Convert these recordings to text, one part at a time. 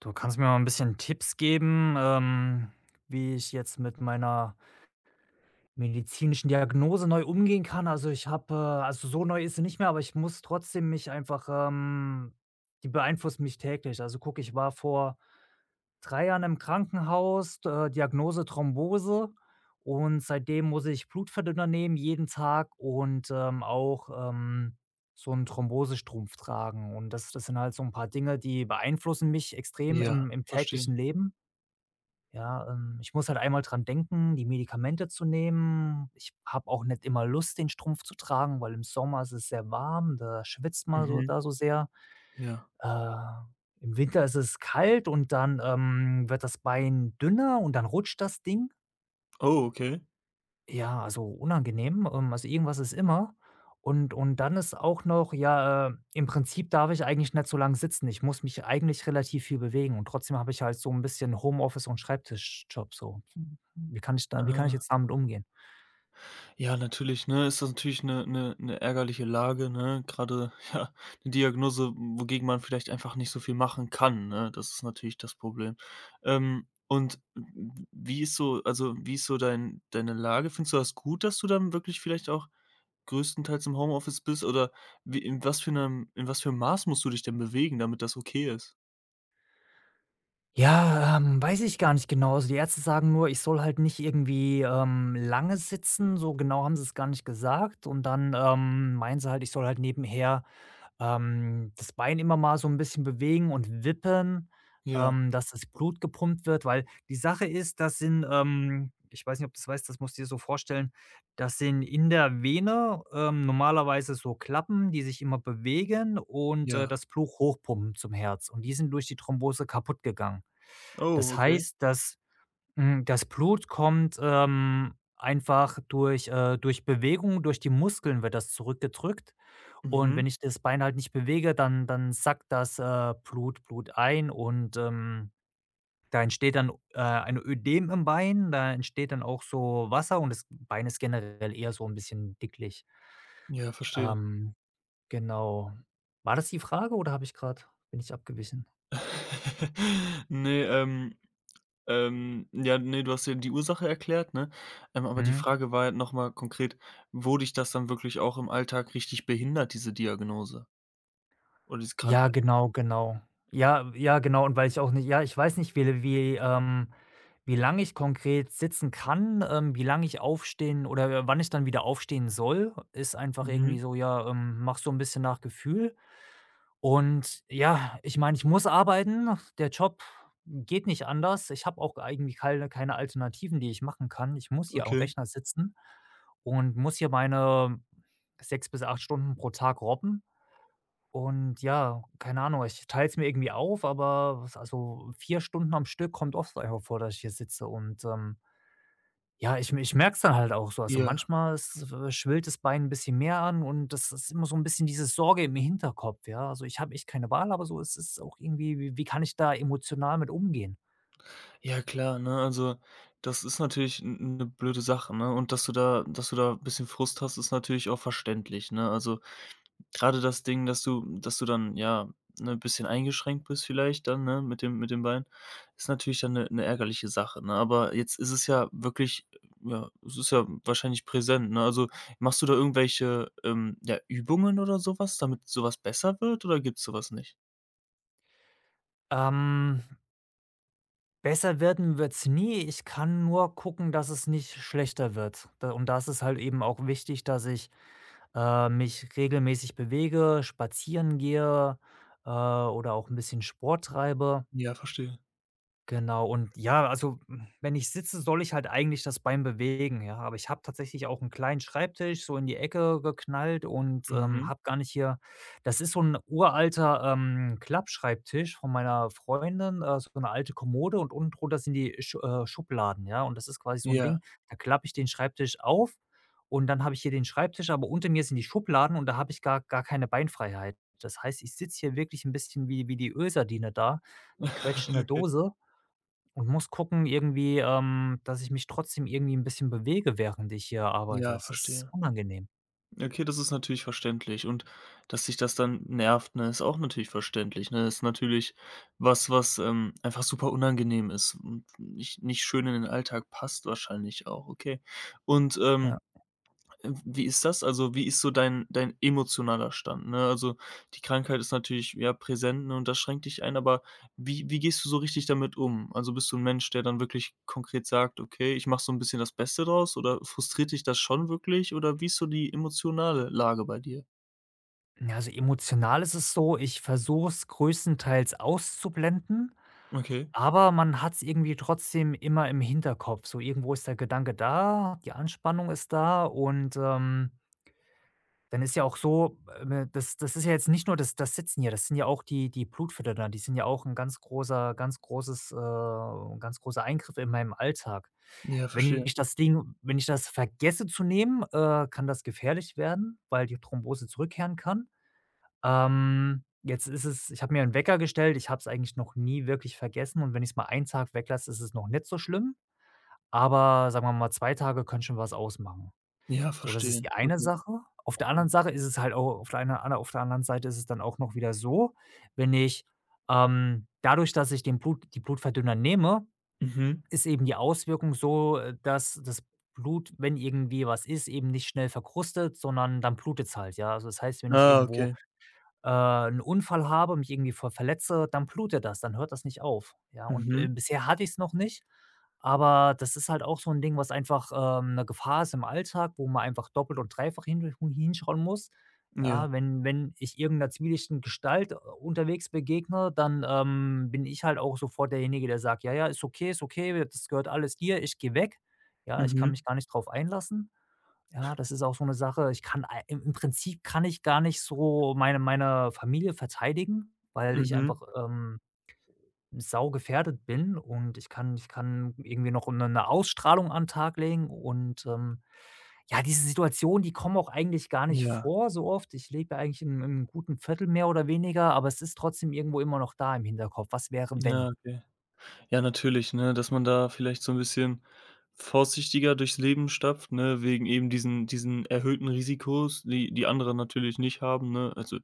Du kannst mir mal ein bisschen Tipps geben, wie ich jetzt mit meiner medizinischen Diagnose neu umgehen kann. Also, ich habe also, so neu ist sie nicht mehr, aber ich muss trotzdem mich einfach, die beeinflusst mich täglich. Also, guck, ich war vor 3 Jahren im Krankenhaus, Diagnose Thrombose und seitdem muss ich Blutverdünner nehmen jeden Tag und, auch, so einen Thrombosestrumpf tragen. Und das sind halt so ein paar Dinge, die beeinflussen mich extrem Ja, im verstehe. täglichen Leben. Ja, ich muss halt einmal dran denken, die Medikamente zu nehmen. Ich habe auch nicht immer Lust, den Strumpf zu tragen, weil im Sommer ist es sehr warm, da schwitzt man so Mhm. da so sehr. Ja. Äh, Im Winter ist es kalt und dann, wird das Bein dünner und dann rutscht das Ding. Oh, okay. Ja, also unangenehm. Also irgendwas ist immer. Und dann ist auch noch, ja, im Prinzip darf ich eigentlich nicht so lange sitzen. Ich muss mich eigentlich relativ viel bewegen und trotzdem habe ich halt so ein bisschen Homeoffice und Schreibtischjob so. Wie kann ich Ah. jetzt damit umgehen? Ja, natürlich, ne, ist das natürlich 'ne ärgerliche Lage, ne? Grade, ja, 'ne Diagnose, wogegen man vielleicht einfach nicht so viel machen kann, ne? Das ist natürlich das Problem. Und w w wie ist so wie ist so deine Lage? Findest du das gut, dass du dann wirklich vielleicht auch größtenteils im Homeoffice bist oder wie in was für 'm Maß musst du dich denn bewegen, damit das okay ist? Ja, weiß ich gar nicht genau. Also, die Ärzte sagen nur, ich soll halt nicht irgendwie, lange sitzen. So genau haben sie es gar nicht gesagt. Und dann, meinen sie halt, ich soll halt nebenher das Bein immer mal so 'n bisschen bewegen und wippen, Ja, dass das Blut gepumpt wird, weil die Sache ist, das sind, ich weiß nicht, ob du's weißt, das musst du dir so vorstellen, das sind in der Vene, normalerweise so Klappen, die sich immer bewegen und, ja. das Blut hochpumpen zum Herz und die sind durch die Thrombose kaputtgegangen. Oh, Das okay. heißt, das Blut kommt, einfach durch, durch Bewegung, durch die Muskeln wird das zurückgedrückt und Mhm. wenn ich das Bein halt nicht bewege, dann sackt das, Blut ein und, da entsteht dann, ein Ödem im Bein, da entsteht dann auch so Wasser und das Bein ist generell eher so ein bisschen dicklich. Ja, verstehe. Ähm, genau. War das die Frage oder habe ich gerade? Bin ich abgewichen? Ne, ja, ne, du hast ja die Ursache erklärt, ne? Aber die Mhm. Frage war ja noch mal konkret, wo dich das dann wirklich auch im Alltag richtig behindert, diese Diagnose oder diese Ja, Krankheit? genau, genau. Ja, ja, genau. Und weil ich auch nicht ja, ich weiß nicht, wie lange ich konkret sitzen kann, wie lange ich aufstehen oder wann ich dann wieder aufstehen soll, ist einfach Mhm, irgendwie so, ja, mache so 'n bisschen nach Gefühl. Und ja, ich meine, ich muss arbeiten. Der Job geht nicht anders. Ich habe auch eigentlich keine Alternativen, die ich machen kann. Ich muss hier am okay. Rechner sitzen und muss hier meine 6 bis 8 Stunden pro Tag robben. Und ja, keine Ahnung, ich teile es mir irgendwie auf, aber was also 4 Stunden am Stück kommt oft einfach vor, dass ich hier sitze und, ja, ich merke es dann halt auch so. Also, Ja. manchmal ist schwillt das Bein ein bisschen mehr an und das ist immer so ein bisschen diese Sorge im Hinterkopf, ja? Also, ich habe echt keine Wahl, aber so ist es auch irgendwie wie kann ich da emotional mit umgehen? Ja klar, ne? Also, das ist natürlich eine blöde Sache, ne? Und dass du da ein bisschen Frust hast, ist natürlich auch verständlich, ne? Also, gerade das Ding, dass du dann, ja, ne, ein bisschen eingeschränkt bist vielleicht dann, ne, mit dem Bein, ist natürlich dann eine ärgerliche Sache, ne? Aber jetzt ist es ja wirklich ja, es ist ja wahrscheinlich präsent, ne? Also, machst du da irgendwelche, ja, Übungen oder sowas, damit sowas besser wird oder gibt's sowas nicht? Ähm, Besser werden wird's nie. Ich kann nur gucken, dass es nicht schlechter wird. Da und das ist halt eben auch wichtig, dass ich mich regelmäßig bewege, spazieren gehe, oder auch ein bisschen Sport treibe. Ja, verstehe. Genau und ja, also, wenn ich sitze, soll ich halt eigentlich das Bein bewegen, ja, aber ich habe tatsächlich auch einen kleinen Schreibtisch so in die Ecke geknallt und, Mhm. habe gar nicht hier das ist so ein uralter, Klappschreibtisch von meiner Freundin, so eine alte Kommode und unten drunter sind die Schubladen, ja, und das ist quasi so ein Ja. Ding, da klappe ich den Schreibtisch auf und dann habe ich hier den Schreibtisch, aber unter mir sind die Schubladen und da habe ich gar keine Beinfreiheit. Das heißt, ich sitze hier wirklich ein bisschen wie die Ölsardine da, gequetscht in der Okay. Dose. Und muss gucken irgendwie, dass ich mich trotzdem irgendwie 'n bisschen bewege, während ich hier arbeite. Ja, Es ist verstehe. unangenehm. Okay, das ist natürlich verständlich und dass sich das dann nervt, ne, ist auch natürlich verständlich, ne? Ist natürlich was, einfach super unangenehm ist und nicht schön in den Alltag passt wahrscheinlich auch, okay. Und, ähm Ja. äh, wie ist das? Also, wie ist so dein emotionaler Stand, ne? Also, die Krankheit ist natürlich, ja, präsent, ne, und das schränkt dich ein, aber wie gehst du so richtig damit um? Also, bist du ein Mensch, der dann wirklich konkret sagt: „Okay, ich mache so ein bisschen das Beste draus“, oder frustriert dich das schon wirklich, oder wie ist so die emotionale Lage bei dir? Ja, also, emotional ist es so, ich versuche es größtenteils auszublenden, Okay. aber man hat's irgendwie trotzdem immer im Hinterkopf. So irgendwo ist der Gedanke da, die Anspannung ist da und, dann ist ja auch so, das ist ja jetzt nicht nur das Sitzen hier, das sind ja auch die Blutfilter da, die sind ja auch 'n ganz großer Eingriff in meinem Alltag. Ja, verstehe. Wenn ich das vergesse zu nehmen, kann das gefährlich werden, weil die Thrombose zurückkehren kann. Jetzt ist es Ich habe mir einen Wecker gestellt, ich habe es eigentlich noch nie wirklich vergessen und wenn ich es mal einen Tag weglasse, ist es noch nicht so schlimm, aber sagen wir mal, 2 Tage können schon was ausmachen. Ja, So, das ist verstehe. die eine Okay. Sache. Auf der anderen Sache ist es halt auch auf der anderen Seite ist es dann auch noch wieder so, wenn ich, dadurch, dass ich den Blut die Blutverdünner nehme Mhm. ist eben die Auswirkung so, dass das Blut, wenn irgendwie was ist, eben nicht schnell verkrustet, sondern dann blutet's halt, ja? Also, das heißt, wenn ich Ah, irgendwo, okay. 'N Unfall habe, mich irgendwie verletze, dann blutet das, dann hört das nicht auf, ja? Und, Mhm. bisher hatte ich's noch nicht. Aber das ist halt auch so 'n Ding, was einfach, 'ne Gefahr ist im Alltag, wo man einfach doppelt und dreifach hinschauen muss. Ja. Ja, wenn ich irgend 'ner zwielichtigen Gestalt, unterwegs begegne, dann, bin ich halt auch sofort derjenige, der sagt: „Ja, ja, ist okay, das gehört alles dir, ich gehe weg.“ Ja, ich kann Mhm. mich gar nicht drauf einlassen. Ja, das ist auch so 'ne Sache, ich kann ei im Prinzip kann ich gar nicht so meine Familie verteidigen, weil ich Mhm. einfach, saugefährdet bin und ich kann irgendwie noch eine Ausstrahlung an den Tag legen und, ja, diese Situationen, die kommen auch eigentlich gar nicht Ja. vor so oft. Ich lebe ja eigentlich in einem guten Viertel mehr oder weniger, aber es ist trotzdem irgendwo immer noch da im Hinterkopf: „Was wäre, Ja, wenn?“ okay. Ja, natürlich, ne, dass man da vielleicht so ein bisschen vorsichtiger durchs Leben stapft, ne, wegen eben diesen erhöhten Risikos, die die andere natürlich nicht haben, ne? Also,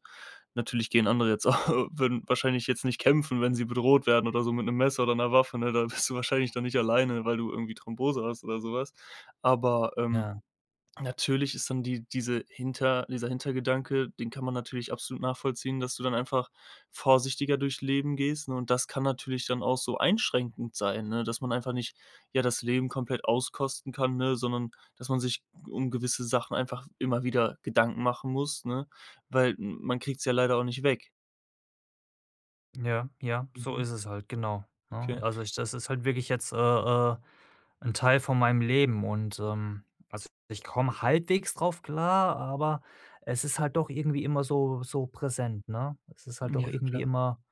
natürlich gehen andere jetzt auch, würden wahrscheinlich jetzt nicht kämpfen, wenn sie bedroht werden oder so mit einem Messer oder einer Waffe, ne? Da bist du wahrscheinlich dann nicht alleine, weil du irgendwie Thrombose hast oder sowas. Aber, ähm Ja. Natürlich ist dann dieser Hintergedanke, den kann man natürlich absolut nachvollziehen, dass du dann einfach vorsichtiger durchs Leben gehst, ne? Und das kann natürlich dann auch so einschränkend sein, ne, dass man einfach nicht, ja, das Leben komplett auskosten kann, ne, sondern dass man sich um gewisse Sachen einfach immer wieder Gedanken machen muss, ne? Weil m man kriegt es ja leider auch nicht weg. Ja, ja, so Mhm, ist es halt, genau, ne? okay. Also, ich das ist halt wirklich jetzt, 'n Teil von meinem Leben und, also, ich komme halbwegs drauf klar, aber es ist halt doch irgendwie immer so so präsent, ne? Es ist halt doch Ja, klar. irgendwie immer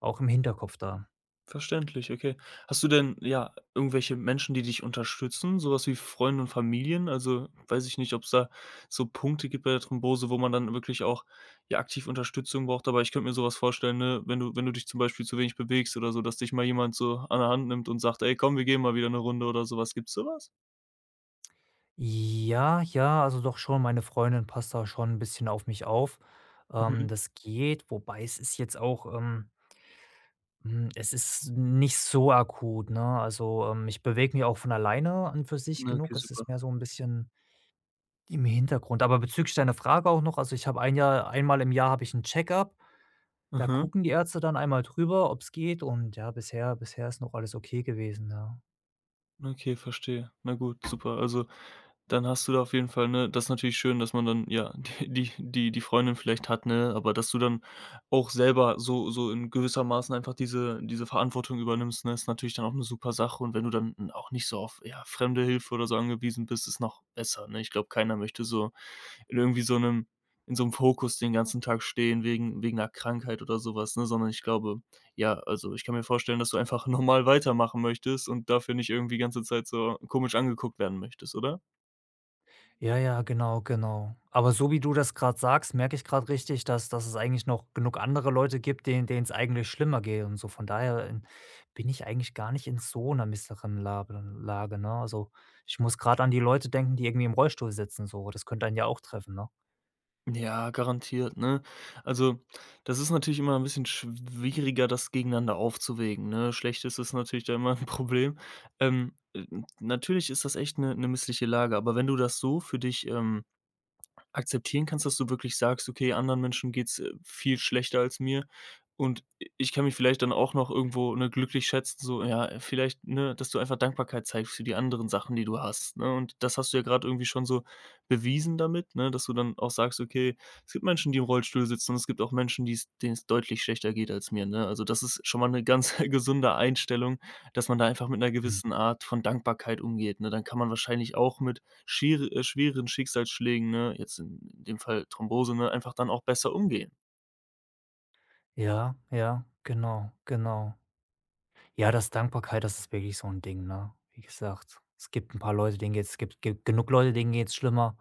auch im Hinterkopf da. Verständlich, okay. Hast du denn, ja, irgendwelche Menschen, die dich unterstützen, sowas wie Freunde und Familien? Also, weiß ich nicht, ob es da so Punkte gibt bei der Thrombose, wo man dann wirklich auch, ja, aktiv Unterstützung braucht, aber ich könnte mir sowas vorstellen, ne, wenn du wenn du dich zum Beispiel zu wenig bewegst oder so, dass dich mal jemand so an der Hand nimmt und sagt: „Ey, komm, wir gehen mal wieder eine Runde“ oder sowas, gibt's sowas? Ja, ja, also, doch schon, meine Freundin passt da schon ein bisschen auf mich auf. Mhm. Das geht, wobei es ist jetzt auch, es ist nicht so akut, ne? Also, ich bewege mich auch von alleine an für sich Na, okay, genug. Es super. ist mehr so ein bisschen im Hintergrund. Aber bezüglich deiner Frage auch noch, also, ich habe ein Jahr einmal im Jahr habe ich ein Check-up. Da Aha. gucken die Ärzte dann einmal drüber, ob es geht und ja, bisher ist noch alles okay gewesen, ja. Okay, verstehe. Na gut, super. Also, dann hast du da auf jeden Fall, ne, das ist natürlich schön, dass man dann, ja, die Freundin vielleicht hat, ne, aber dass du dann auch selber so in gewissermaßen einfach diese Verantwortung übernimmst, ne, ist natürlich dann auch eine super Sache und wenn du dann auch nicht so auf, ja, fremde Hilfe oder so angewiesen bist, ist noch besser, ne? Ich glaube, keiner möchte so in irgendwie so einem in so einem Fokus den ganzen Tag stehen wegen einer Krankheit oder sowas, ne, sondern ich glaube ja, also, ich kann mir vorstellen, dass du einfach normal weitermachen möchtest und dafür nicht irgendwie die ganze Zeit so komisch angeguckt werden möchtest, oder? Ja, ja, genau, genau. Aber so wie du das gerade sagst, merke ich gerade richtig, dass es eigentlich noch genug andere Leute gibt, denen es eigentlich schlimmer geht und so. Von daher in bin ich eigentlich gar nicht in so einer misseren Lage, ne? Also, ich muss gerade an die Leute denken, die irgendwie im Rollstuhl sitzen so. Das könnte einen ja auch treffen, ne? Ja, garantiert, ne? Also, das ist natürlich immer ein bisschen schwieriger, das gegeneinander aufzuwägen, ne? Schlechtes ist es natürlich da immer ein Problem. Ähm, äh, natürlich ist das echt eine missliche Lage, aber wenn du das so für dich, akzeptieren kannst, dass du wirklich sagst: „Okay, anderen Menschen geht's, viel schlechter als mir und i ich kann mich vielleicht dann auch noch irgendwo, ne, glücklich schätzen“, so, ja, vielleicht, ne, dass du einfach Dankbarkeit zeigst für die anderen Sachen, die du hast, ne? Und das hast du ja gerade irgendwie schon so bewiesen damit, ne, dass du dann auch sagst: „Okay, es gibt Menschen, die im Rollstuhl sitzen und es gibt auch Menschen, die es, denen es deutlich schlechter geht als mir“, ne? Also, das ist schon mal eine ganz gesunde Einstellung, dass man da einfach mit einer Mhm. gewissen Art von Dankbarkeit umgeht, ne? Dann kann man wahrscheinlich auch mit schier schweren Schicksalsschlägen, ne, jetzt in dem Fall Thrombose, ne, einfach dann auch besser umgehen. Ja, ja, genau, genau. Ja, das Dankbarkeit, das ist wirklich so ein Ding, ne? Wie gesagt, es gibt ein paar Leute, denen geht's es gibt ge genug Leute, denen geht's schlimmer.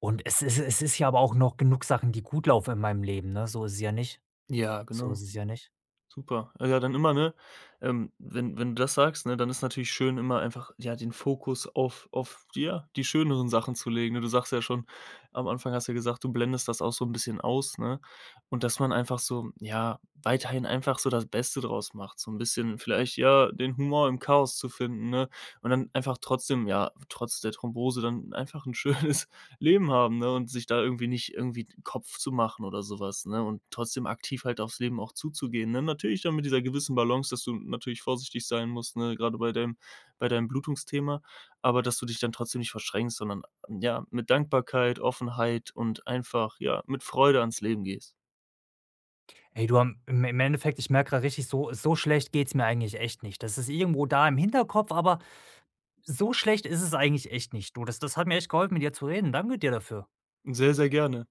Und es ist ja aber auch noch genug Sachen, die gut laufen in meinem Leben, ne? So ist es ja nicht. Ja, So genau. ist es ja nicht. Super. Ah, ja, dann immer, ne, wenn wenn du das sagst, ne, dann ist natürlich schön, immer einfach, ja, den Fokus auf ja, die schöneren Sachen zu legen, ne? Du sagst ja schon am Anfang hast du ja gesagt, du blendest das auch so ein bisschen aus, ne? Und dass man einfach so, ja, weiterhin einfach so das Beste draus macht, so ein bisschen vielleicht, ja, den Humor im Chaos zu finden, ne? Und dann einfach trotzdem, ja, trotz der Thrombose dann einfach ein schönes Leben haben, ne, und sich da irgendwie nicht irgendwie 'n Kopf zu machen oder sowas, ne, und trotzdem aktiv halt aufs Leben auch zuzugehen, ne? Natürlich dann mit dieser gewissen Balance, dass du natürlich vorsichtig sein musst, ne, gerade bei deinem Blutungsthema, aber dass du dich dann trotzdem nicht verschränkst, sondern, ja, mit Dankbarkeit, Offenheit und einfach, ja, mit Freude ans Leben gehst. Ey, du, am im im Endeffekt, ich merke grad richtig, so so schlecht geht's mir eigentlich echt nicht. Das ist irgendwo da im Hinterkopf, aber so schlecht ist es eigentlich echt nicht. Du, das hat mir echt geholfen, mit dir zu reden. Danke dir dafür. Sehr, sehr gerne.